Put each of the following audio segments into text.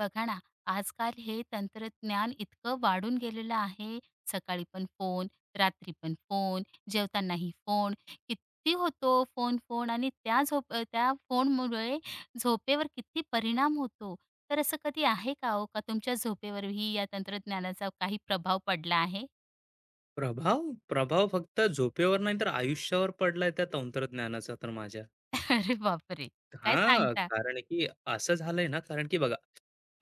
बघा ना, आजकाल हे तंत्रज्ञान इतकं वाढून गेलेलं आहे. सकाळी पण फोन, रात्री पण फोन, जेवतानाही फोन. किती होतो फोन, फोन आणि त्या फोनमुळे झोपेवर किती परिणाम होतो. तर असं कधी आहे का हो, का तुमच्या झोपेवरही या तंत्रज्ञानाचा काही प्रभाव पडला आहे? प्रभाव? प्रभाव फक्त झोपेवर नाही तर आयुष्यावर पडलाय त्या तंत्रज्ञानाचा तर माझ्या. अरे बापरे! काय हां, सांगता? कारण की असं झालंय ना, कारण की बघा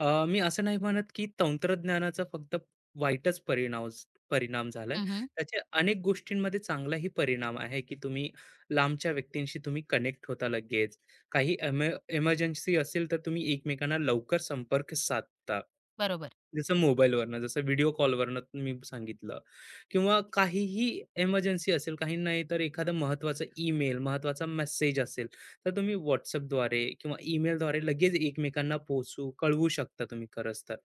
मी असं नाही म्हणत, की तंत्रज्ञानाचा फक्त वाईटच परिणाम झालाय. हं, त्याचे अनेक गोष्टींमध्ये चांगलाही परिणाम आहे, की तुम्ही लांबच्या व्यक्तींशी तुम्ही कनेक्ट होता लगेच. काही एमर्जन्सी असेल, तर तुम्ही एकमेकांना लवकर संपर्क साधता. बरोबर, जसं मोबाईलवरनं, जसं व्हिडिओ कॉलवरनं मी सांगितलं किंवा काहीही एमर्जन्सी असेल, काही नाही तर एखादा महत्त्वाचा ईमेल, महत्त्वाचा मेसेज असेल, तर तुम्ही व्हॉट्सअपद्वारे किंवा ईमेलद्वारे लगेच एकमेकांना कळवू शकता तुम्ही खरंच तर.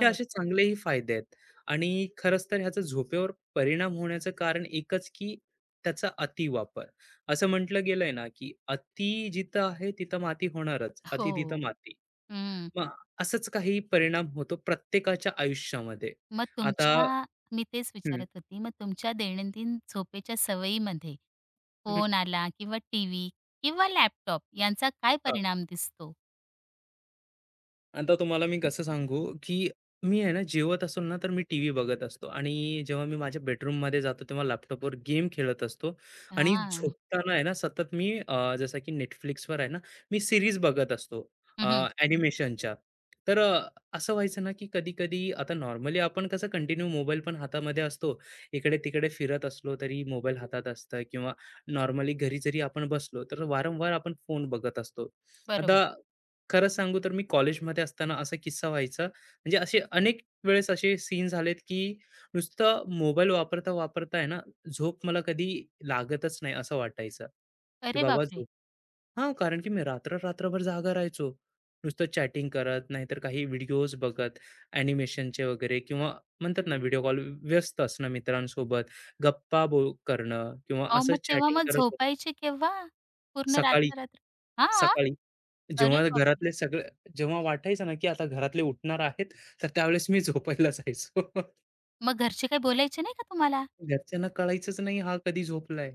हे असे चांगलेही फायदे आहेत आणि खरंच तर ह्याचा झोपेवर परिणाम होण्याचं कारण एकच की त्याचा अतिवापर. असं म्हटलं गेलंय ना, की "अति जिथं आहे तिथं माती होणारच, अति तिथं हो. माती." हं. मग असंच काही परिणाम होतो प्रत्येकाच्या आयुष्यामध्ये. मग आता तुमच्या मी तेच हं, विचारत होती, मग तुमच्या दैनंदिन झोपेच्या सवयीमध्ये हं, फोन आला किंवा टीव्ही किंवा लॅपटॉप यांचा काय हां. परिणाम दिसतो? आता तुम्हाला मी कसं सांगू, की मी आहे ना जेवत असेल ना, तर मी टीव्ही बघत असतो आणि जेव्हा मी माझ्या बेडरूममध्ये जातो, तेव्हा लॅपटॉपवर गेम खेळत असतो आणि हां. झोपताना आहे ना, सतत मी जसं की Netflixवर आहे ना, मी सीरीज बघत असतो हं, हं. ॲनिमेशनच्या. तर असं व्हायचं ना, की कधी-कधी आता नॉर्मली आपण कसं कंटिन्यू मोबाईल पण हातामध्ये असतो. इकडे-तिकडे फिरत असलो तरी मोबाईल हातात असतं किंवा नॉर्मली घरी जरी आपण बसलो, तर वारंवार आपण फोन बघत असतो. बरोबर. आता खरं सांगू तर मी कॉलेजमध्ये असताना असा किस्सा व्हायचा. म्हणजे असे अनेक वेळेस असे सीन झालेत, की नुसतं मोबाईल वापरता आहे ना, झोप मला कधी लागतच नाही असं वाटायचं, की अरे बाबा बापरे! झोप हां, कारण की मी रात्र-रात्रभर जागा राहायचो. नुसतं चॅटिंग करत, नाहीतर काही व्हिडिओज बघत, ॲनिमेशनचे वगैरे किंवा म्हणतात ना व्हिडिओ कॉल व्यस्त असणं मित्रांसोबत, गप्पा करणं किंवा अहो, असं मग तेव्हा चॅटिंग मग करत झोपायचे केव्हा? पूर्ण सकाळी, रात्र-रात्र हां. सकाळी. अरे जेव्हा बापरे! घरातले सगळे जेव्हा वाटायचं ना, की आता घरातले उठणार आहेत, तर त्यावेळेस मी झोपायला जायचो. मग घरचे काही बोलायचे नाही का तुम्हाला? घरच्यांना कळायचंच नाही हा कधी झोपलाय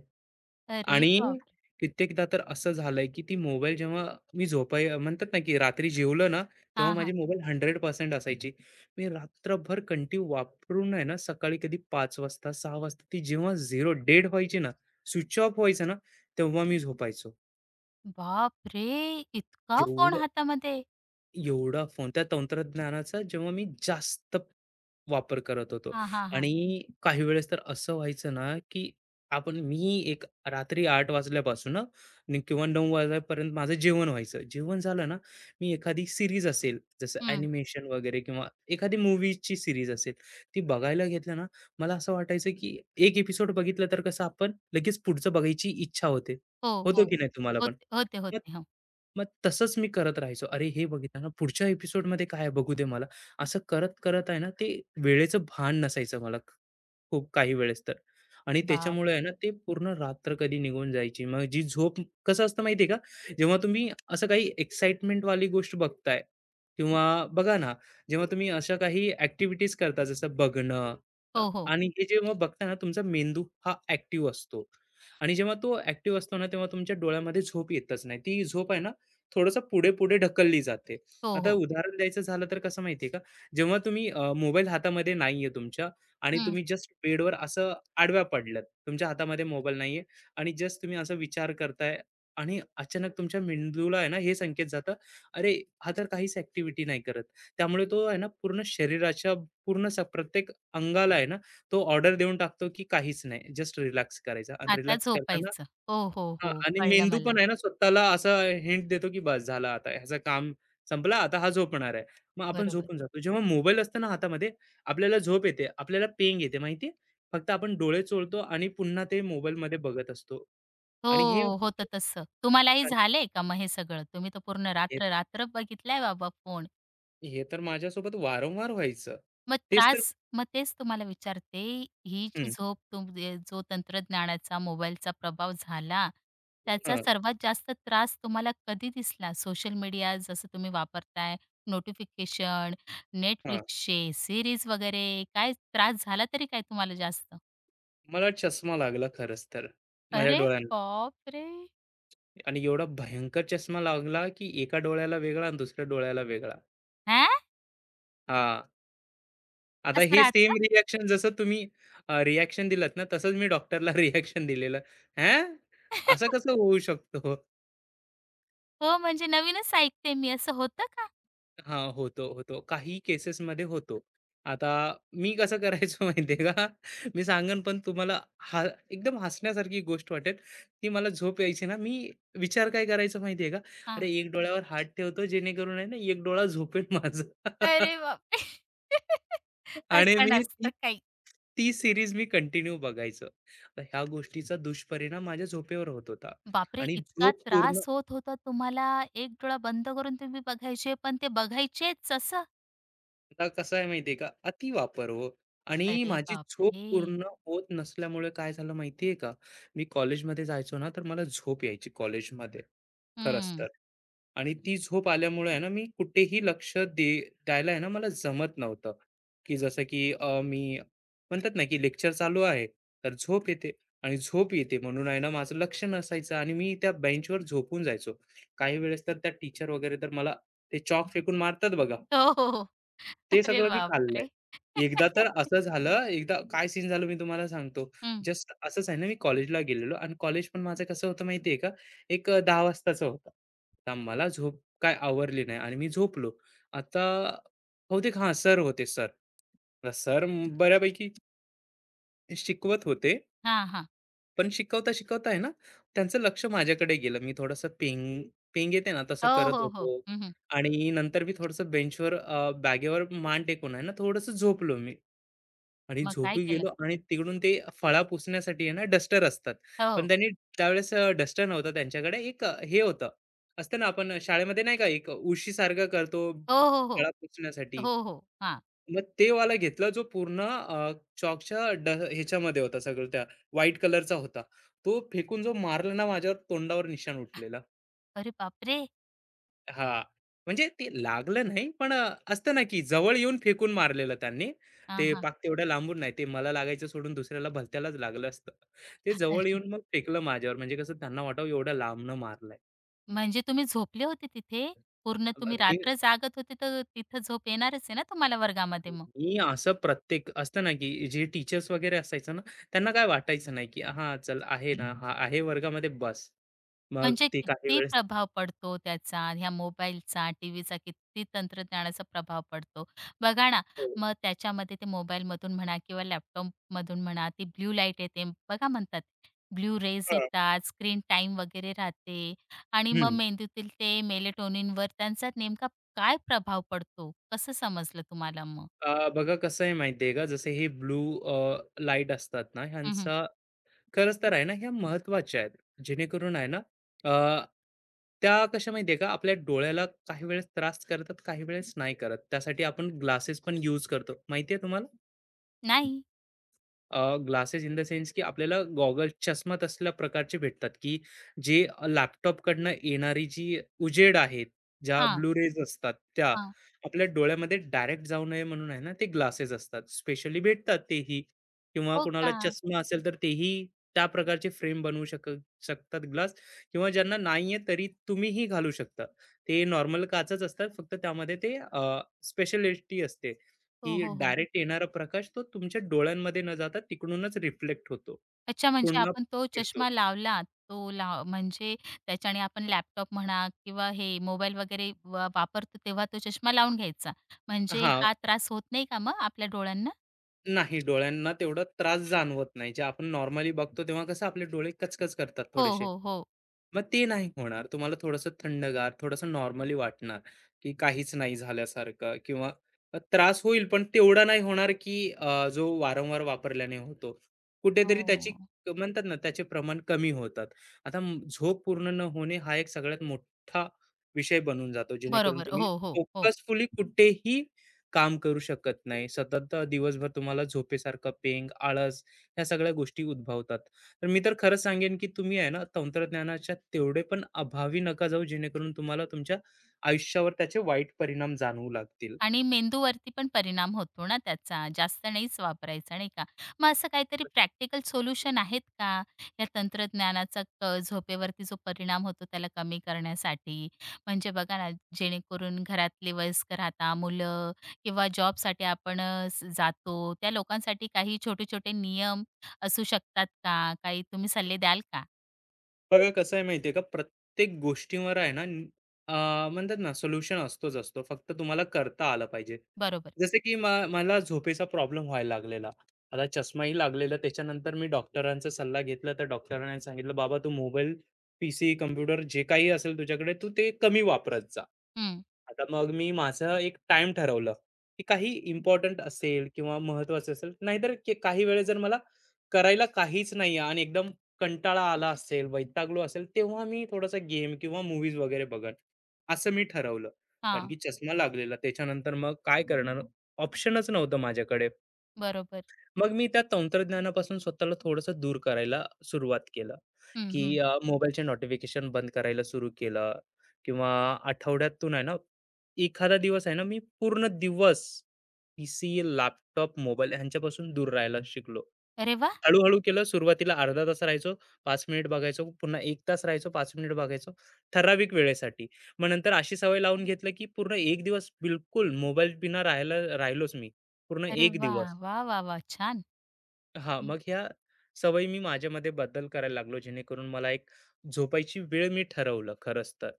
अरे आणि बापरे! कित्येकदा तर असं झालंय, की ती मोबाईल जेव्हा मी म्हणतात ना, की रात्री जेवलं ना, तेव्हा हां, माझी हां. मोबाईल 100% असायची. मी रात्रभर कंटिन्यू वापरून आहे ना, सकाळी कधी 5 वाजता, 6 वाजता ती जेव्हा 0 डेड व्हायची ना, स्विच ऑफ व्हायचं ना, तेव्हा मी झोपायचो. बापरे! इतका फोन जेवढं हातामध्ये. एवढा फोन त्या तंत्रज्ञानाचा जेव्हा मी जास्त वापर करत होतो हां, हां, हां. आणि काही वेळेस तर असं व्हायचं ना, की मी एक रात्री 8 वाजल्यापासून ना नि किंवा 9 वाजेपर्यंत माझं जेवण व्हायचं. जेवण झालं ना, मी एखादी सीरीज असेल, जसं हं. ॲनिमेशन वगैरे किंवा एखादी मूव्हीची सीरीज असेल, ती बघायला घेतलं ना, मला असं वाटायचं, की एक एपिसोड बघितलं तर कसं आपण लगेच पुढचं बघायची इच्छा होते. हो, होतो हो. की नाही तुम्हाला पण? होते, होते, मग होते. हो. मग तसंच मी करत राहायचो. अरे, हे बघितलं ना, पुढच्या एपिसोडमध्ये काय आहे बघू दे मला. असं करत-करत आहे ना, ते वेळेचं भान नसायचं मला खूप काही वेळेस तर. आणि बाप त्याच्यामुळे आहे ना, ते पूर्ण रात्र कधी निघून जायची. मग जी झोप कसं असतं माहिती आहे का? जेव्हा तुम्ही असं काही एक्साइटमेंटवाली गोष्ट बघताय किंवा बघा ना, जेव्हा तुम्ही अशा काही ॲक्टिव्हिटीज करता जसं बघणं अ, हो, हो. आणि हे जेव्हा बघता ना, तुमचा मेंदू हा ॲक्टिव्ह असतो. आणि जेव्हा तो ॲक्टिव्ह असतो ना, तेव्हा तुमच्या डोळ्यामध्ये झोप येतच नाही. ती झोप आहे ना, थोडंसं पुढे-पुढे ढकलली जाते. हो, आता हो. उदाहरण द्यायचं झालं तर कसं माहिती आहे का, जेव्हा तुम्ही मोबाईल हातामध्ये नाहीये तुमच्या आणि हं. तुम्ही जस्ट बेडवर असं आडव्या पडलात. तुमच्या हातामध्ये मोबाईल नाहीये आणि जस्ट तुम्ही असा विचार करताय आणि अचानक तुमच्या मेंदूला आहे ना, हे संकेत जातं, "अरे, हा तर काहीच ॲक्टिव्हिटी नाही करत." त्यामुळे तो आहे ना, पूर्ण प्रत्येक अंगाला आहे ना, तो ऑर्डर देऊन टाकतो, की काहीच नाही. जस्ट रिलॅक्स करायचा आणि आता रिलॅक्स करताना झोपायचं. हो, हो, हां हो. आणि कळलं मेंदू मला. पण आहे ना स्वतःला असा हिंट देतो, की बस झालं आता ह्याचं काम संपलं, आता हा झोपणार आहे. मग आपण बरोबर. झोपून जातो. जेव्हा मोबाईल असतो ना हातामध्ये, आपल्याला झोप येते, आपल्याला पेंग येते माहिती फक्त आपण डोळे चोळतो आणि पुन्हा ते मोबाईलमध्ये बघत असतो. आणि हे हो, होतं होतं तसं. तुम्हालाही कारण झालंय का मग हे सगळं? तुम्ही तर पूर्ण हे रात्र, तर रात्र बघितलाय बाबा फोन. हे तर माझ्यासोबत वारंवार व्हायचं. मग तेच तर त्रास मग तेच तुम्हाला विचारते, ही जी हं, झोप तुम जे जो तंत्रज्ञानाचा, मोबाईलचा प्रभाव झाला, त्याचा हां, सर्वात जास्त त्रास तुम्हाला कधी दिसला? सोशल मीडिया जसं तुम्ही वापरताय, नोटिफिकेशन, हां. Netflixचे सीरीज वगैरे, काय त्रास झाला तरी काय तुम्हाला जास्त? मला चष्मा लागला खरंच तर माझ्या अरे डोळ्यांना. बापरे! आणि एवढा भयंकर चष्मा लागला, की एका डोळ्याला वेगळा आणि दुसऱ्या डोळ्याला वेगळा. हां. हां. आता असं हे राहतं? सेम रिएक्शन जसं तुम्ही रिएक्शन दिलत ना, तसंच मी डॉक्टरला रिएक्शन दिलेलं. "हं? असं कसं होऊ शकतो?" हो, म्हणजे नवीनच ऐकते मी. असं होतं का? हां, होतो. काही केसेसमध्ये होतो. आता मी कसं करायचो माहिती का? मी सांगेन पण तुम्हाला हा एकदम हसण्यासारखी गोष्ट वाटेल, की मला झोप यायची ना, मी विचार काय करायचो माहिती का? हां. अरे, एक डोळ्यावर हात ठेवतो जेणेकरून आहे ना, एक डोळा झोपेल माझा. अरे बापरे! आणि असं मी ती नसतं काही. ती सीरीज मी कंटिन्यू बघायचं. तर ह्या गोष्टीचा दुष्परिणाम माझ्या झोपेवर होत होता बापरे! आणि इतका झोप पूर्ण त्रास होत होता तुम्हाला. एक डोळा बंद करून तुम्ही बघायचे, पण ते बघायचेच असं? आता कसं आहे माहिती आहे का, अतिवापर हो आणि अरे माझी झोप बापरे! पूर्ण होत नसल्यामुळे काय झालं माहिती आहे का, मी कॉलेजमध्ये जायचो ना, तर मला झोप यायची कॉलेजमध्ये, खरंच हं. तर. आणि ती झोप आल्यामुळे आहे ना मी कुठेही लक्ष दे द्यायला आहे ना मला जमत नव्हतं की जसं की मी म्हणतात ना की लेक्चर चालू आहे तर झोप येते आणि झोप येते म्हणून आहे ना माझं लक्ष नसायचं आणि मी त्या बेंचवर झोपून जायचो काही वेळेस तर त्या टीचर वगैरे तर मला ते चॉक फेकून मारतात बघा हो, हो, हो. ते अरे सगळं मी खाल्लंय. बापरे! एकदा तर असं झालं, एकदा काय सीन झालं मी तुम्हाला सांगतो. हं. जस्ट असंच आहे ना, मी कॉलेजला गेलेलो आणि कॉलेज पण माझं कसं होतं माहिती का, एक 10 वाजताचं होतं. आता मला झोप काय आवरली नाही आणि मी झोपलो. आता बहुतेक हां, होते सर. आता सर बऱ्यापैकी शिकवत होते. हां, हां. पण शिकवता-शिकवता आहे ना, त्यांचं लक्ष माझ्याकडे गेलं. मी थोडंसं पेंग पेंग येते ना, तसं हो, करत हो, हो. होतो हं, आणि नंतर मी थोडंसं बेंचवर बॅगेवर मान टेकून आहे ना, थोडंसं झोपलो मी. आणि मग काय झोपी केलं? गेलो आणि तिकडून ते फळा पुसण्यासाठी आहे ना डस्टर असतात. पण हो. त्यांनी त्यावेळेस डस्टर नव्हता त्यांच्याकडे. एक हे होतं. असतं ना आपण शाळेमध्ये नाही का एक उशीसारखा करतो हो, हो, हो. फळा पुसण्यासाठी. हो, हो. हां. मग ते वाला घेतला जो चॉकच्या ह्याच्यामध्ये होता सगळं त्या व्हाईट कलरचा होता. तो फेकून जो मारला ना माझ्यावर तोंडावर निशाण उठलेला. अरे बापरे! हां, म्हणजे ते लागलं नाही, पण असतं ना, की जवळ येऊन फेकून मारलेलं त्यांनी. हां, ते हां. पाक तेवढ्या लांबून नाही, ते मला लागायचं सोडून दुसऱ्याला भलत्यालाच लागलं असतं. ते जवळ येऊन मग फेकलं माझ्यावर, म्हणजे कसं त्यांना वाटावं एवढ्या लांबनं मारलंय. म्हणजे तुम्ही झोपले होते तिथे? पूर्ण तुम्ही मी रात्र जागत होते, तर तिथं झोप येणारच आहे ना तुम्हाला वर्गामध्ये मग. मी असं प्रत्येक असतं ना, की जे टीचर्स वगैरे असायचं ना, त्यांना काय वाटायचं नाही, की हां, चल आहे ना, हा आहे वर्गामध्ये बस. मग म्हणजे ते काही किती वेळेस प्रभाव पडतो त्याचा, ह्या मोबाईलचा, टीव्हीचा किती तंत्रज्ञानाचा प्रभाव पडतो. बघा ना, हो. मग त्याच्यामध्ये ते मोबाईलमधून म्हणा किंवा लॅपटॉपमधून म्हणा, ती ब्लू लाईट येते बघा म्हणतात. ब्लू रेज हां. येतात, स्क्रीन टाईम वगैरे राहते आणि मग हं. मेंदूतील ते मेलेटोनिनवर त्यांचा नेमका काय प्रभाव पडतो? कसं समजलं तुम्हाला मग? बघा कसं आहे माहिती का, जसे हे ब्लू लाईट असतात ना, हं, ह्यांचा खरंच तर आहे ना ह्या महत्वाच्या आहेत जेणेकरून आहे ना अ, त्या कशा माहितीये का आपल्या डोळ्याला काही वेळेस त्रास करतात काही वेळेस नाही करत त्यासाठी आपण ग्लासेस पण यूज करतो माहितीये तुम्हाला नाही. ग्लासेस इन द सेन्स की आपल्याला गॉगल चष्मा तसल्या प्रकारचे भेटतात, की जे लॅपटॉपकडनं येणारी जी उजेड आहे, ज्या हां. ब्लू रेज असतात त्या हां. आपल्या डोळ्यामध्ये डायरेक्ट जाऊ नये म्हणून आहे ना, ते ग्लासेस असतात. स्पेशली भेटतात तेही किंवा हो कुणाला का? चष्मा असेल तर तेही त्या प्रकारची फ्रेम बनवू शक शकतात ग्लास किंवा ज्यांना नाहीये तरी तुम्हीही घालू शकता. ते नॉर्मल काचच असतात फक्त त्यामध्ये ते स्पेशलिटी असते. हो, की हो, हो. डायरेक्ट येणारा प्रकाश तो तुमच्या डोळ्यांमध्ये न जाता तिकडूनच रिफ्लेक्ट होतो. अच्छा, म्हणजे पुन्हा आपण तो फिरतो. चष्मा लावला, तो लाव म्हणजे त्याच्याने आपण लॅपटॉप म्हणा किंवा हे मोबाईल वगैरे वापरतो तेव्हा तो चष्मा लावून घ्यायचा. म्हणजे हां. हा त्रास होत नाही का मग आपल्या डोळ्यांना? नाही डोळ्यांना तेवढा त्रास जाणवत नाही. जे आपण नॉर्मली बघतो तेव्हा कसं आपले डोळे कचकच करतात हो, थोडेसे. हो, हो. मग ते नाही होणार. तुम्हाला थोडंसं थंडगार, थोडंसं नॉर्मली वाटणार, की काहीच नाही झाल्यासारखं किंवा त्रास होईल, पण तेवढा नाही होणार, की जो वारंवार वापरल्याने होतो. कुठेतरी हो. म्हणतात ना, त्याचे प्रमाण कमी होतात. आता झोप पूर्ण न होणे हा एक सगळ्यात मोठा विषय बनून जातो, जेणेकरून बरोबर. तुम्ही हो, हो, हो. फोकसफुली कुठेही काम करू शकत नाही. सतत दिवसभर तुम्हाला झोपेसारखं पेंग, आळस ह्या सगळ्या गोष्टी उद्भवतात. तर मी तर खरंच सांगेन, की तुम्ही आहे ना तंत्रज्ञानाच्या तेवढे पण अभावी नका जाऊ, जेणेकरून तुम्हाला तुमच्या आयुष्यावर त्याचे वाईट परिणाम जाणवू लागतील. आणि मेंदूवरती पण परिणाम होतो ना त्याचा. जास्त नाहीच वापरायचा, नाही का? मग असं काहीतरी प्रॅक्टिकल सोल्युशन आहेत का? या तंत्रज्ञानाचा झोपेवरती जो परिणाम होतो त्याला कमी करण्यासाठी? म्हणजे बघा ना, जेणेकरून घरातले वयस्कर आता मुलं किंवा जॉबसाठी आपण अ, स जातो, त्या लोकांसाठी काही छोटे-छोटे नियम असू शकतात का? काही तुम्ही सल्ले द्याल का? बघा कसं आहे माहितीये का प्रत्येक गोष्टीवर आहे ना म्हणतात ना सोल्युशन असतोच असतो फक्त तुम्हाला करता आलं पाहिजे बरोबर. जसं की मला झोपेचा प्रॉब्लेम व्हायला लागलेला आता चष्माही लागलेला त्याच्यानंतर मी डॉक्टरांचा सल्ला घेतला तर डॉक्टरांनी सांगितलं बाबा तू मोबाईल पीसी कम्प्युटर जे काही असेल तुझ्याकडे तू ते कमी वापरत जा हं. आता मग मी माझं एक टाइम ठरवलं की काही इम्पॉर्टंट असेल किंवा महत्वाचं असेल नाहीतर काही वेळेस जर मला करायला काहीच नाही आणि एकदम कंटाळा आला असेल, वैतागलो असेल, तेव्हा मी थोडासा गेम किंवा मूव्हीज वगैरे बघेन, असं मी ठरवलं. कारण हां. की चष्मा लागलेला. त्याच्यानंतर मग काय करणार? ऑप्शनच नव्हतं माझ्याकडे. बरोबर. मग मी त्या तंत्रज्ञानापासून स्वतःला थोडंसं दूर करायला सुरुवात केलं. हं, हं. की मोबाईलचे नोटिफिकेशन बंद करायला सुरू केलं किंवा आठवड्यातून आहे ना, एखादा दिवस आहे ना, मी पूर्ण दिवस पीसी, लॅपटॉप, मोबाईल ह्यांच्यापासून दूर राहायला शिकलो. अरे वाह! हळू-हळू केलं. सुरुवातीला अर्धा तास राहायचो, 5 मिनिट बघायचो, पुन्हा 1 तास राहायचो, 5 मिनिट बघायचो, ठराविक वेळेसाठी. मग नंतर अशी सवय लावून घेतलं, की पूर्ण 1 दिवस बिलकुल मोबाईल बिना राहायला राहिलोच मी. पूर्ण अरे 1 वाह! दिवस. वाह, वाह, वाह! छान. हां, मग ह्या सवयी मी माझ्यामध्ये बदल करायला लागलो, जेणेकरून मला एक झोपायची वेळ मी ठरवलं खरंच तर.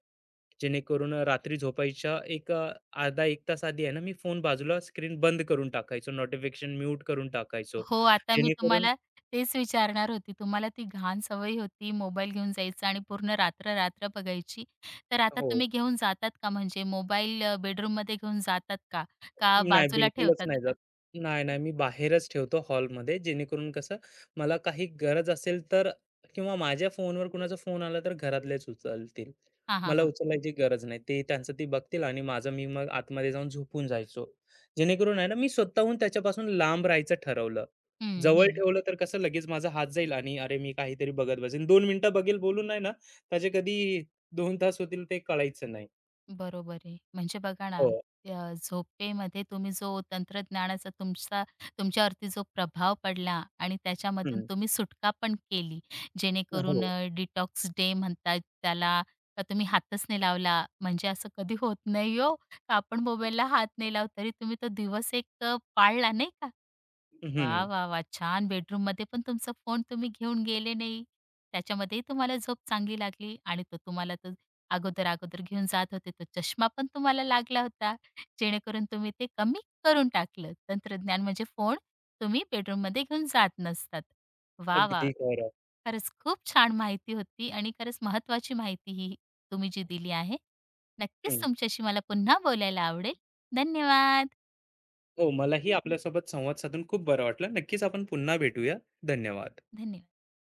जेणेकरून रात्री झोपायच्या एक अर्धा 1 तास आधी आहे ना, मी फोन बाजूला स्क्रीन बंद करून टाकायचो, नोटिफिकेशन म्यूट करून टाकायचो. हो, आता मी जेणेकरून तुम्हाला तेच विचारणार होती. तुम्हाला ती घाण सवय होती मोबाईल घेऊन जायचं आणि पूर्ण रात्र, रात्र बघायची. तर आता हो. तुम्ही घेऊन जातात का म्हणजे मोबाईल बेडरूममध्ये घेऊन जातात का? का नाही, बाजूला बिलकुलच ठेवतात नाही आता? जात. नाही, मी बाहेरच ठेवतो हॉलमध्ये जेणेकरून कसं मला काही गरज असेल तर किंवा माझ्या फोनवर कुणाचा फोन आला तर घरातलेच उचलतील. हां, हां, मला हां. उचलायची गरज नाही. ते त्यांचं ते बघतील आणि माझं मी मग आतमध्ये जाऊन झोपून जायचो. जेणेकरून आहे ना मी स्वतःहून त्याच्यापासून लांब राहायचं ठरवलं. हं, जवळ हं. ठेवलं तर कसं लगेच माझा हात जाईल आणि अरे मी काहीतरी बघत बसेन. 2 मिनिटं बघेल बोलून आहे ना त्याचे कधी 2 तास होतील ते कळायचं नाही. बरोबर आहे. म्हणजे बघा ना, हो. झोपेमध्ये तुम्ही जो तंत्रज्ञानाचा तुमच्यावरती जो प्रभाव पडला आणि त्याच्यामधून हं. तुम्ही सुटका पण केली. जेणेकरून हो. डिटॉक्स डे म्हणतात त्याला, का तुम्ही हातच नाही लावला. म्हणजे असं कधी होत नाही हो, का आपण मोबाईलला हात नाही लावत, तरी तुम्ही तो दिवस पाळला नाही का? वाह, हं. वाह, वाह! छान बेडरूममध्ये पण तुमचा फोन तुम्ही घेऊन गेले नाही. त्याच्यामध्येही तुम्हाला झोप चांगली लागली आणि तो तुम्हाला तो अगोदर-अगोदर घेऊन जात होते. तो चष्मा पण तुम्हाला लागला होता, जेणेकरून तुम्ही ते कमी करून टाकलं. तंत्रज्ञान म्हणजे फोन तुम्ही बेडरूममध्ये घेऊन जात नसतात. वाह, वाह! अगदी खरं. खरंच खूप छान माहिती होती आणि खरंच महत्त्वाची माहिती ही तुम्ही जी दिली आहे. नक्कीच हं. तुमच्याशी मला पुन्हा बोलायला आवडेल. धन्यवाद. हो, मलाही आपल्यासोबत संवाद साधून खूप बरं वाटलं. नक्कीच आपण पुन्हा भेटूया. धन्यवाद. धन्य